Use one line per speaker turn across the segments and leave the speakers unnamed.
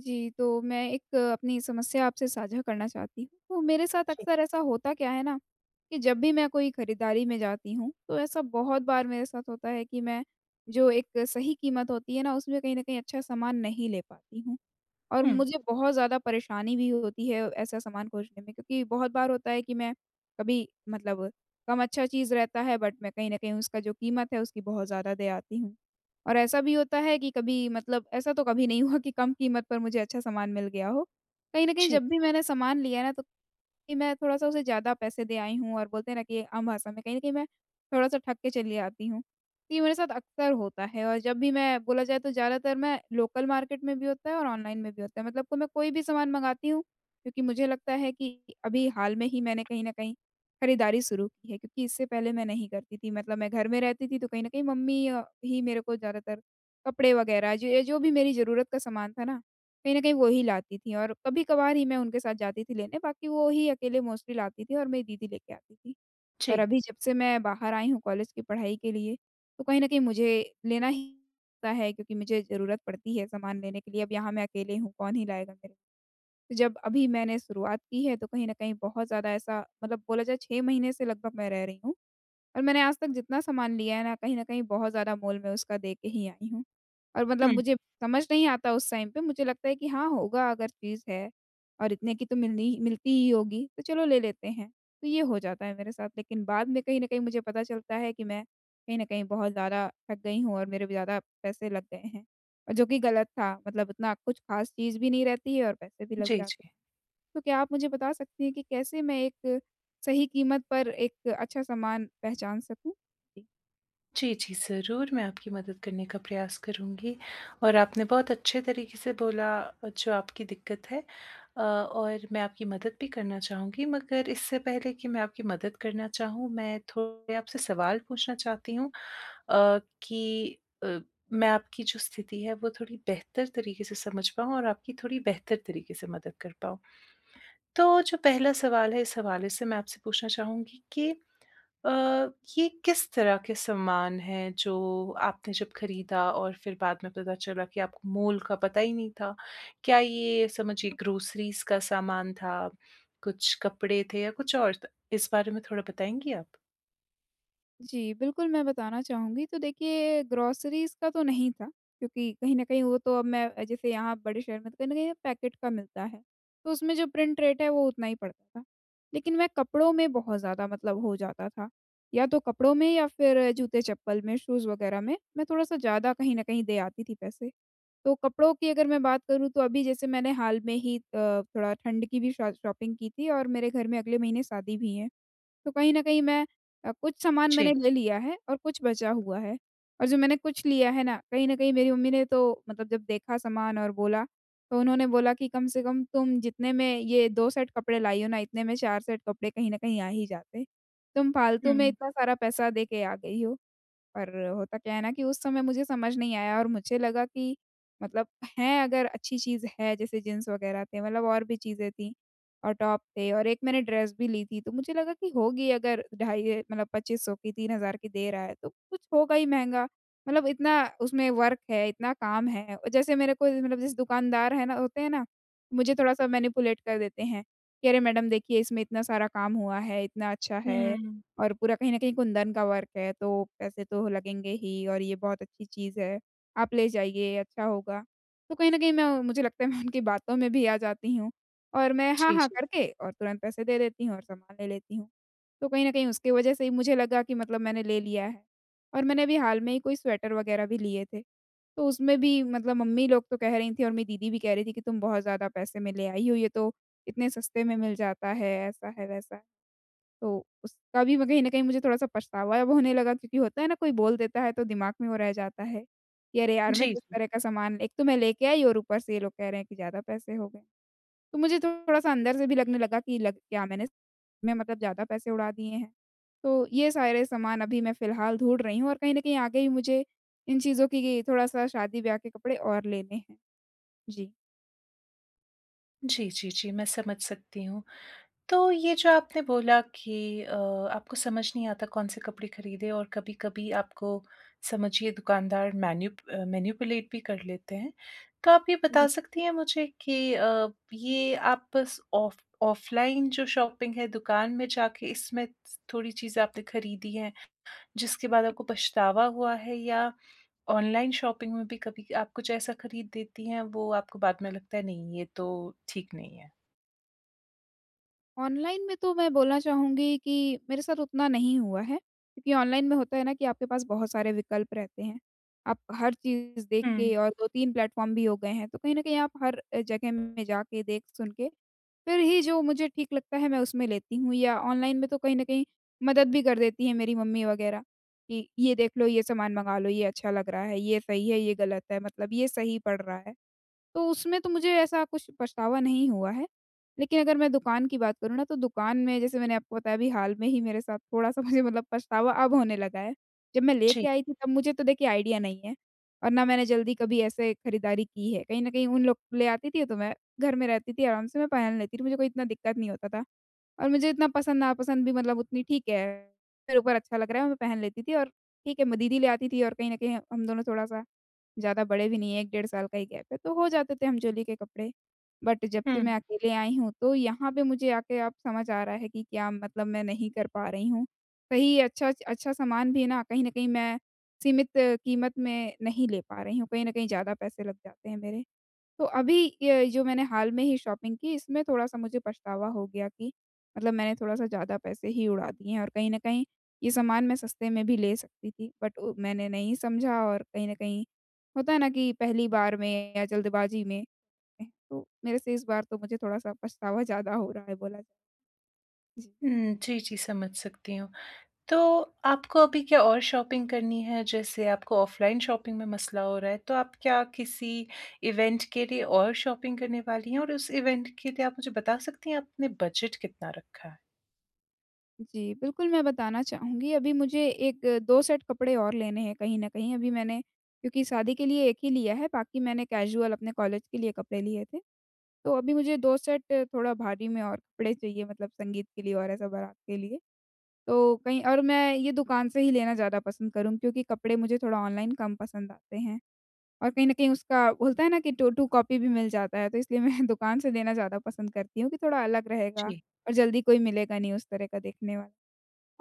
जी, तो मैं एक अपनी समस्या आपसे साझा करना चाहती हूँ। तो मेरे साथ अक्सर ऐसा होता क्या है ना, कि जब भी मैं कोई खरीदारी में जाती हूँ, तो ऐसा बहुत बार मेरे साथ होता है कि मैं जो एक सही कीमत होती है ना, उसमें कहीं न कहीं अच्छा सामान नहीं ले पाती हूँ। और
हुँ।
मुझे बहुत ज़्यादा परेशानी भी होती है ऐसा सामान खोजने में, क्योंकि बहुत बार होता है कि मैं कभी मतलब कम अच्छा चीज़ रहता है, बट मैं कहीं न कहीं उसका जो कीमत है उसकी बहुत ज़्यादा दे आती हूँ। और ऐसा भी होता है कि कभी मतलब ऐसा तो कभी नहीं हुआ कि कम कीमत पर मुझे अच्छा सामान मिल गया हो। कहीं न कहीं
जी,
जब भी मैंने सामान लिया है ना तो कि मैं थोड़ा-सा उसे ज़्यादा पैसे दे आई हूँ, और बोलते हैं ना कि आम भाषा में कहीं न कहीं मैं थोड़ा-सा ठग के चली आती हूँ। तो ये मेरे साथ अक्सर होता है, और जब भी मैं बोला जाए तो ज़्यादातर मैं लोकल मार्केट में भी होता है और ऑनलाइन में भी होता है। मतलब को मैं कोई भी सामान मँगाती हूँ, क्योंकि मुझे लगता है कि अभी हाल में ही मैंने कहीं न कहीं खरीदारी शुरू की है, क्योंकि इससे पहले मैं नहीं करती थी। मतलब मैं घर में रहती थी तो कहीं न कहीं मम्मी ही मेरे को ज़्यादातर कपड़े वग़ैरह जो ये जो भी मेरी ज़रूरत का सामान था ना, कहीं न कहीं वो ही लाती थीं, और कभी-कभार ही मैं उनके साथ जाती थी लेने, बाकी वो ही अकेले मोस्टली लाती थीं और मेरी दीदी लेके आती थी।
जी।
और अभी जब से मैं बाहर आई हूँ कॉलेज की पढ़ाई के लिए, तो कहीं न कहीं मुझे लेना ही पड़ता है, क्योंकि मुझे ज़रूरत पड़ती है सामान लेने के लिए। अब यहाँ मैं अकेले हूँ, कौन ही लाएगा मेरे? तो जब अभी मैंने शुरुआत की है, तो कहीं न कहीं बहुत ज़्यादा ऐसा, मतलब बोला जाए 6 महीने से लगभग मैं रह रही हूँ। और मैंने आज तक जितना सामान लिया है ना, कहीं न कहीं बहुत ज़्यादा मोल मैं उसका दे के ही आई हूँ। और मतलब
हुँ,
मुझे समझ नहीं आता उस टाइम पे, मुझे लगता है कि हाँ, होगा, अगर चीज़ है और इतने की तो मिलनी मिलती ही होगी, तो चलो ले लेते हैं। तो ये हो जाता है मेरे साथ, लेकिन बाद में कहीं न कहीं मुझे पता चलता है कि मैं कहीं न कहीं बहुत ज़्यादा ठग गई हूँ और मेरे भी ज़्यादा पैसे लग गए हैं, और जो कि गलत था। मतलब इतना कुछ ख़ास चीज़ भी नहीं रहती है और पैसे भी लग
जी,
जाते हैं।
जी।
तो क्या आप मुझे बता सकती हैं कि कैसे मैं एक सही कीमत पर एक अच्छा सामान पहचान सकूँ? जी।
जी, जी, ज़रूर मैं आपकी मदद करने का प्रयास करूँगी और आपने बहुत अच्छे तरीके से बोला जो आपकी दिक्कत है, और मैं आपकी मदद भी करना चाहूँगी। मगर इससे पहले कि मैं आपकी मदद करना चाहूँ, मैं थोड़े आपसे सवाल पूछना चाहती हूँ कि अ, मैं आपकी जो स्थिति है वो थोड़ी बेहतर तरीके से समझ पाऊँ और आपकी थोड़ी बेहतर तरीके से मदद कर पाऊँ। तो जो पहला सवाल है, इस हवाले से मैं आपसे पूछना चाहूँगी कि अ, ये किस तरह के सामान हैं जो आपने जब खरीदा और फिर बाद में पता चला कि आपको मोल का पता ही नहीं था? क्या ये समझिए ग्रोसरीज़ का सामान था, कुछ कपड़े थे या कुछ और था? इस बारे में थोड़ा बताएँगी आप?
जी, बिल्कुल मैं बताना चाहूँगी। तो देखिए ग्रोसरीज़ का तो नहीं था, क्योंकि कहीं न कहीं वो तो अब मैं जैसे यहाँ बड़े शहर में तो कहीं न कहीं पैकेट का मिलता है। तो उसमें जो प्रिंट रेट है वो उतना ही पड़ता था। लेकिन मैं कपड़ों में बहुत ज़्यादा मतलब हो जाता था। या तो कपड़ों में या फिर जूते-चप्पल में, शूज़ वगैरह में मैं थोड़ा-सा ज़्यादा कहीं न कहीं दे आती थी पैसे। तो कपड़ों की अगर मैं बात करूँ तो अभी जैसे मैंने हाल में ही थोड़ा ठंड की भी शॉ शॉपिंग की थी, और मेरे घर में अगले महीने शादी भी है। तो कहीं न कहीं मैं कुछ सामान मैंने
जी।
ले लिया है और कुछ बचा हुआ है। और जो मैंने कुछ लिया है ना, कहीं न कहीं मेरी मम्मी ने तो मतलब जब देखा सामान और बोला, तो उन्होंने बोला कि कम से कम तुम जितने में ये 2 सेट कपड़े लाई हो ना, इतने में 4 सेट कपड़े कहीं न कहीं आ ही जाते। तुम फालतू में
हुँ,
इतना सारा पैसा दे के आ गई हो। पर होता क्या है ना कि उस समय मुझे समझ नहीं आया, और मुझे लगा कि मतलब है अगर अच्छी चीज़ है, जैसे जीन्स वगैरह थे, मतलब और भी चीज़ें थी और टॉप थे, और एक मैंने ड्रेस भी ली थी, तो मुझे लगा कि होगी अगर ढाई मतलब 2500 की 3000 की दे रहा है तो कुछ होगा ही महंगा, मतलब इतना उसमें वर्क है, इतना काम है, और जैसे मेरे को मतलब जैसे दुकानदार है ना होते हैं ना, मुझे थोड़ा सा मैनिपुलेट कर देते हैं कि अरे मैडम देखिए, इसमें इतना सारा काम हुआ है, इतना अच्छा है,
हुँ।
और पूरा कहीं न कहीं कुंदन का वर्क है, तो पैसे तो लगेंगे ही, और ये बहुत अच्छी चीज़ है, आप ले जाइए, अच्छा होगा। तो कहीं न कहीं मैं मुझे लगता है मैं उनकी बातों में भी आ जाती हूँ, और मैं हाँ,
जी,
हाँ
जी।
करके और तुरंत पैसे दे देती हूँ और सामान ले लेती हूँ। तो कहीं न कहीं उसकी वजह से ही मुझे लगा कि मतलब मैंने ले लिया है। और मैंने अभी हाल में ही कोई स्वेटर वगैरह भी लिए थे, तो उसमें भी मतलब मम्मी लोग तो कह रही थीं और मेरी दीदी भी कह रही थी कि तुम बहुत ज़्यादा पैसे में ले आई हो, ये तो इतने सस्ते में मिल जाता है, ऐसा है, वैसा है। तो उसका भी मैं कहीं न कहीं मुझे थोड़ा-सा पछतावा अब होने लगा, क्योंकि होता है ना कोई बोल देता है तो दिमाग में वो रह जाता है, कि अरे यार! मैं
जी,
किस
जी।
तरह का सामान एक तो मैं लेके आई, और ऊपर से ये लोग कह रहे हैं कि ज़्यादा पैसे हो गए। तो मुझे थोड़ा-सा अंदर से भी लगने लगा कि लग क्या मैंने मैं मतलब ज़्यादा पैसे उड़ा दिए हैं। तो ये सारे सामान अभी मैं फ़िलहाल ढूँढ रही हूँ, और कहीं न कहीं आगे भी मुझे इन चीज़ों की थोड़ा-सा शादी-ब्याह के कपड़े और लेने हैं। जी।
जी, जी, जी, मैं समझ सकती हूँ। तो ये जो आपने बोला कि आपको समझ नहीं आता कौन से कपड़े खरीदें, और कभी-कभी आपको समझिए दुकानदार मैनिपुलेट भी कर लेते हैं। तो आप ये बता सकती हैं मुझे कि ये आप बस ऑफ ऑफ़लाइन जो शॉपिंग है दुकान में जाके, इसमें थोड़ी चीज़ें आपने खरीदी हैं, जिसके बाद आपको पछतावा हुआ है, या ऑनलाइन शॉपिंग में भी कभी आप कुछ ऐसा खरीद देती हैं वो आपको बाद में लगता है नहीं ये तो ठीक नहीं है?
ऑनलाइन में तो मैं बोलना चाहूँगी कि मेरे साथ उतना नहीं हुआ है, क्योंकि ऑनलाइन में होता है ना कि आपके पास बहुत सारे विकल्प रहते हैं। आप हर चीज़ देख
हुँ,
के, और 2-3 प्लेटफ़ॉर्म भी हो गए हैं, तो कहीं न कहीं आप हर जगह में जाके देख-सुन के, फिर ही जो मुझे ठीक लगता है मैं उसमें लेती हूँ, या ऑनलाइन में तो कहीं न कहीं मदद भी कर देती हैं मेरी मम्मी वग़ैरह कि ये देख लो, ये सामान मँगा लो, ये अच्छा लग रहा है, ये सही है, ये गलत है, मतलब ये सही पड़ रहा है। तो उसमें तो मुझे ऐसा कुछ पछतावा नहीं हुआ है। लेकिन अगर मैं दुकान की बात करूँ ना, तो दुकान में जैसे मैंने आपको बताया अभी हाल में ही मेरे साथ थोड़ा-सा मुझे मतलब पछतावा अब होने लगा है। जब मैं
जी।
लेके आई थी तब मुझे तो देखिए आइडिया नहीं है, और ना मैंने जल्दी कभी ऐसे खरीदारी की है। कहीं न कहीं उन लोग ले आती थी तो मैं घर में रहती थी, आराम से मैं पहन लेती थी, मुझे कोई इतना दिक्कत नहीं होता था। और मुझे इतना पसंद-नापसंद भी मतलब उतनी ठीक है, मेरे ऊपर अच्छा लग रहा है मैं पहन लेती थी, और ठीक है, मैं दीदी ले आती थी, और कहीं न कहीं हम दोनों थोड़ा-सा ज़्यादा बड़े भी नहीं है, 1 डेढ़ साल का ही गैप है, तो हो जाते थे हम जोली के कपड़े। बट जब
हुँ।
से मैं अकेले आई हूँ, तो यहाँ पे मुझे आके अब समझ आ रहा है कि क्या मतलब मैं नहीं कर पा रही हूँ। सही अच्छा च अच्छा सामान भी ना कहीं न कहीं मैं सीमित कीमत में नहीं ले पा रही हूँ, कहीं न कहीं ज़्यादा पैसे लग जाते हैं मेरे। तो अभी ये जो मैंने हाल में ही शॉपिंग की, इसमें थोड़ा-सा मुझे पछतावा हो गया कि मतलब मैंने थोड़ा-सा ज़्यादा पैसे ही उड़ा दिए हैं, और कहीं न कहीं ये सामान मैं सस्ते में भी ले सकती थी, बट उ मैंने नहीं समझा, और कहीं न कहीं होता है ना कि पहली बार में या जल्दबाजी में तो मेरे से इस बार तो मुझे थोड़ा-सा पछतावा ज़्यादा हो रहा है बोला जाए। जी।
हुँ, जी, जी, समझ सकती हूँ। तो आपको अभी क्या और शॉपिंग करनी है? जैसे आपको ऑफ़लाइन शॉपिंग में मसला हो रहा है, तो आप क्या किसी इवेंट के लिए और शॉपिंग करने वाली हैं? और उस इवेंट के लिए आप मुझे बता सकती हैं आपने बजट कितना रखा है?
जी, बिल्कुल मैं बताना चाहूँगी। अभी मुझे एक 2 सेट कपड़े और लेने हैं कहीं न कहीं, अभी मैंने क्योंकि शादी के लिए 1 ही लिया है, बाकी मैंने कैजुअल अपने कॉलेज के लिए कपड़े लिए थे। तो अभी मुझे 2 सेट थोड़ा भारी में और कपड़े चाहिए, मतलब संगीत के लिए और ऐसा बारात के लिए। तो कहीं और मैं ये दुकान से ही लेना ज़्यादा पसंद करूँगी, क्योंकि कपड़े मुझे थोड़ा ऑनलाइन कम पसंद आते हैं, और कहीं न कहीं उसका होता है ना कि टू टू कॉपी भी मिल जाता है, तो इसलिए मैं दुकान से लेना ज़्यादा पसंद करती हूँ कि थोड़ा अलग रहेगा,
जी।
और जल्दी कोई मिलेगा नहीं उस तरह का देखने वाला।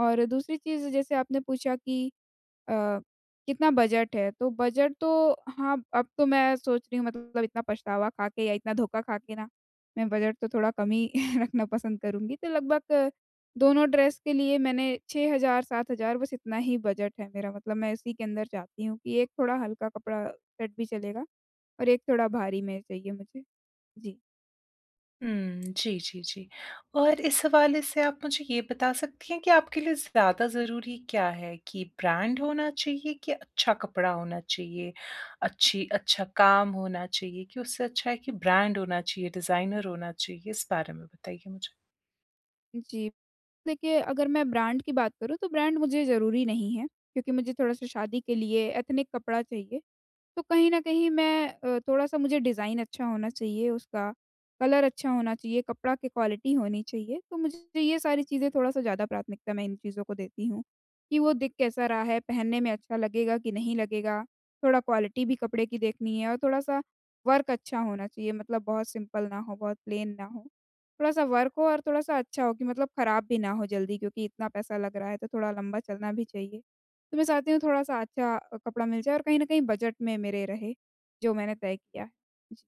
और दूसरी चीज़ जैसे आपने पूछा कि अ, कितना बजट है? तो बजट तो हाँ, अब तो मैं सोच रही हूँ मतलब इतना पछतावा खा के या इतना धोखा खा के ना, मैं बजट तो थोड़ा कम ही रखना पसंद करूँगी। तो लगभग दोनों ड्रेस के लिए मैंने 6000 7000 बस इतना ही बजट है मेरा। मतलब मैं इसी के अंदर चाहती हूँ कि एक थोड़ा हल्का कपड़ा सेट भी चलेगा, और एक थोड़ा भारी में चाहिए मुझे। जी।
हुँ, जी, जी, जी। और इस हवाले से आप मुझे ये बता सकती हैं कि आपके लिए ज़्यादा ज़रूरी क्या है, कि ब्रांड होना चाहिए कि अच्छा कपड़ा होना चाहिए, अच्छी अच्छा काम होना चाहिए, कि उससे अच्छा है कि ब्रांड होना चाहिए, डिज़ाइनर होना चाहिए? इस बारे में बताइए मुझे।
जी। देखिए अगर मैं ब्रांड की बात करूँ तो ब्रांड मुझे ज़रूरी नहीं है, क्योंकि मुझे थोड़ा-सा शादी के लिए एथनिक कपड़ा चाहिए। तो कहीं न कहीं मैं थोड़ा-सा मुझे डिज़ाइन अच्छा होना चाहिए उसका, कलर अच्छा होना चाहिए, कपड़ा की क्वालिटी होनी चाहिए, तो मुझे ये सारी चीज़ें थोड़ा-सा ज़्यादा प्राथमिकता मैं इन चीज़ों को देती हूँ, कि वो दिख कैसा रहा है, पहनने में अच्छा लगेगा कि नहीं लगेगा, थोड़ा क्वालिटी भी कपड़े की देखनी है, और थोड़ा-सा वर्क अच्छा होना चाहिए, मतलब बहुत सिंपल ना हो, बहुत प्लेन ना हो। थोड़ा-सा वर्क हो और थोड़ा-सा अच्छा हो कि मतलब खराब भी ना हो जल्दी, क्योंकि इतना पैसा लग रहा है तो थोड़ा लंबा चलना भी चाहिए। तो मैं चाहती हूँ थोड़ा-सा अच्छा कपड़ा मिल जाए, और कहीं न कहीं बजट में मेरे रहे, जो मैंने तय किया है। जी,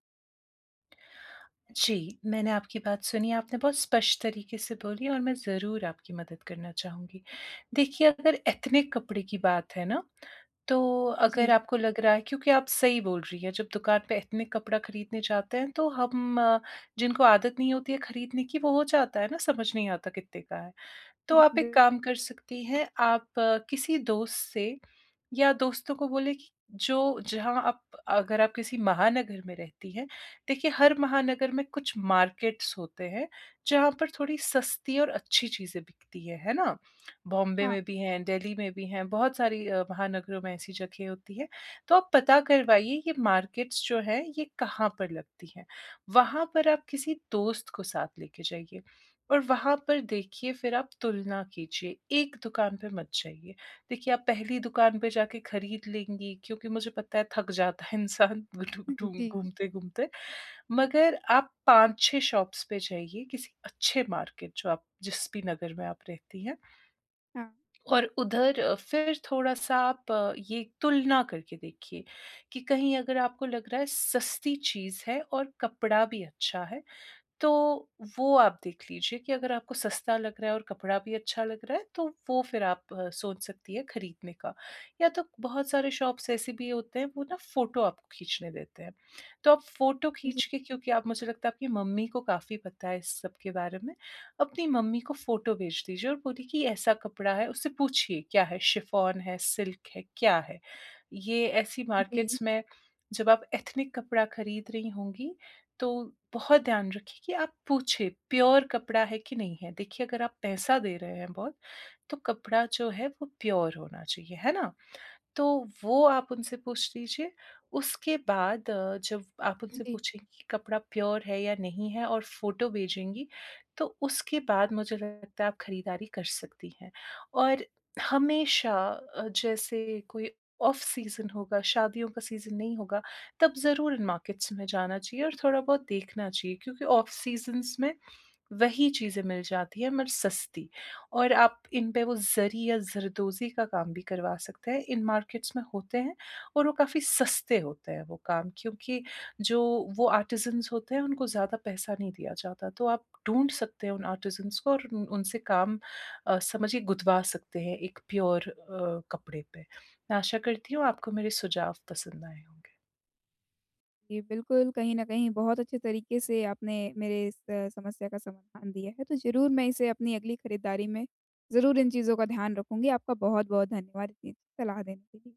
जी, मैंने आपकी बात सुनी, आपने बहुत स्पष्ट तरीके से बोली और मैं ज़रूर आपकी मदद करना चाहूँगी। देखिए, अगर एथनिक कपड़े की बात है ना, तो अगर
जी।
आपको लग रहा है, क्योंकि आप सही बोल रही हैं, जब दुकान पे एथनिक कपड़ा खरीदने जाते हैं, तो हम, जिनको आदत नहीं होती है खरीदने की, वो हो जाता है ना, समझ नहीं आता कितने का है। तो
हाँ,
आप
बिल
एक काम कर सकती हैं, आप किसी दोस्त से या दोस्तों को बोले कि जो जहाँ आप, अगर आप किसी महानगर में रहती हैं, देखिए हर महानगर में कुछ मार्केट्स होते हैं, जहाँ पर थोड़ी सस्ती और अच्छी चीज़ें बिकती हैं, है ना? बॉम्बे
हाँ,
में भी हैं, दिल्ली में भी हैं, बहुत सारी महानगरों में ऐसी जगह होती है। तो आप पता करवाइए ये मार्केट्स जो हैं, ये कहाँ पर लगती हैं। वहाँ पर आप किसी दोस्त को साथ लेके जाइए, और वहाँ पर देखिए फिर आप तुलना कीजिए, एक दुकान पे मत जाइए। देखिए, आप पहली दुकान पे जाके खरीद लेंगी, क्योंकि मुझे पता है थक जाता है इंसान घुटू घुटू
जी,
घूमते-घूमते। मगर आप 5-6 शॉप्स पे जाइए किसी अच्छे मार्केट, जो आप जिस भी नगर में आप रहती हैं,
हाँ,
और उधर फिर थोड़ा-सा आप ये तुलना करके देखिए कि कहीं अगर आपको लग रहा है सस्ती चीज़ है और कपड़ा भी अच्छा है, तो वो आप देख लीजिए, कि अगर आपको सस्ता लग रहा है और कपड़ा भी अच्छा लग रहा है तो वो फिर आप सोच सकती है खरीदने का। या तो बहुत सारे शॉप्स ऐसे भी होते हैं वो ना फ़ोटो आपको खींचने देते हैं। तो आप फ़ोटो
जी,
खींच के, क्योंकि आप, मुझे लगता है आपकी मम्मी को काफ़ी पता है इस सब के बारे में, अपनी मम्मी को फ़ोटो भेज दीजिए और बोलिए कि ऐसा कपड़ा है, उससे पूछिए क्या है, शिफॉन है, सिल्क है, क्या है? ये ऐसी
जी,
मार्केट्स में जब आप एथनिक कपड़ा खरीद रही होंगी, तो बहुत ध्यान रखिए कि आप पूछे प्योर कपड़ा है कि नहीं है। देखिए अगर आप पैसा दे रहे हैं बहुत, तो कपड़ा जो है वो प्योर होना चाहिए, है ना? तो वो आप उनसे पूछ लीजिए। उसके बाद जब आप उनसे
जी,
पूछेंगी कि कपड़ा प्योर है या नहीं है, और फ़ोटो भेजेंगी, तो उसके बाद मुझे लगता है आप खरीदारी कर सकती हैं। और हमेशा जैसे कोई ऑफ सीज़न होगा, शादियों का सीज़न नहीं होगा, तब ज़रूर इन मार्केट्स में जाना चाहिए और थोड़ा-बहुत देखना चाहिए, क्योंकि ऑफ सीज़न्स में वही चीज़ें मिल जाती हैं मगर सस्ती। और आप इन पे वो ज़री या ज़रदोज़ी का काम भी करवा सकते हैं। इन मार्केट्स में होते हैं, और वो काफ़ी सस्ते होते हैं वो काम, क्योंकि जो वो आर्टिज़न्स होते हैं उनको ज़्यादा पैसा नहीं दिया जाता। तो आप ढूँढ सकते हैं उन आर्टिज़न्स को और उन उनसे काम समझिए गुदवा सकते हैं एक प्योर कपड़े पे। मैं आशा करती हूँ आपको मेरे सुझाव पसंद आए होंगे।
जी, बिल्कुल, कहीं न कहीं बहुत अच्छे तरीके से आपने मेरे इस समस्या का समाधान दिया है, तो ज़रूर मैं इसे अपनी अगली खरीदारी में ज़रूर इन चीज़ों का ध्यान रखूँगी। आपका बहुत-बहुत धन्यवाद इतनी अच्छी सलाह देने के लिए।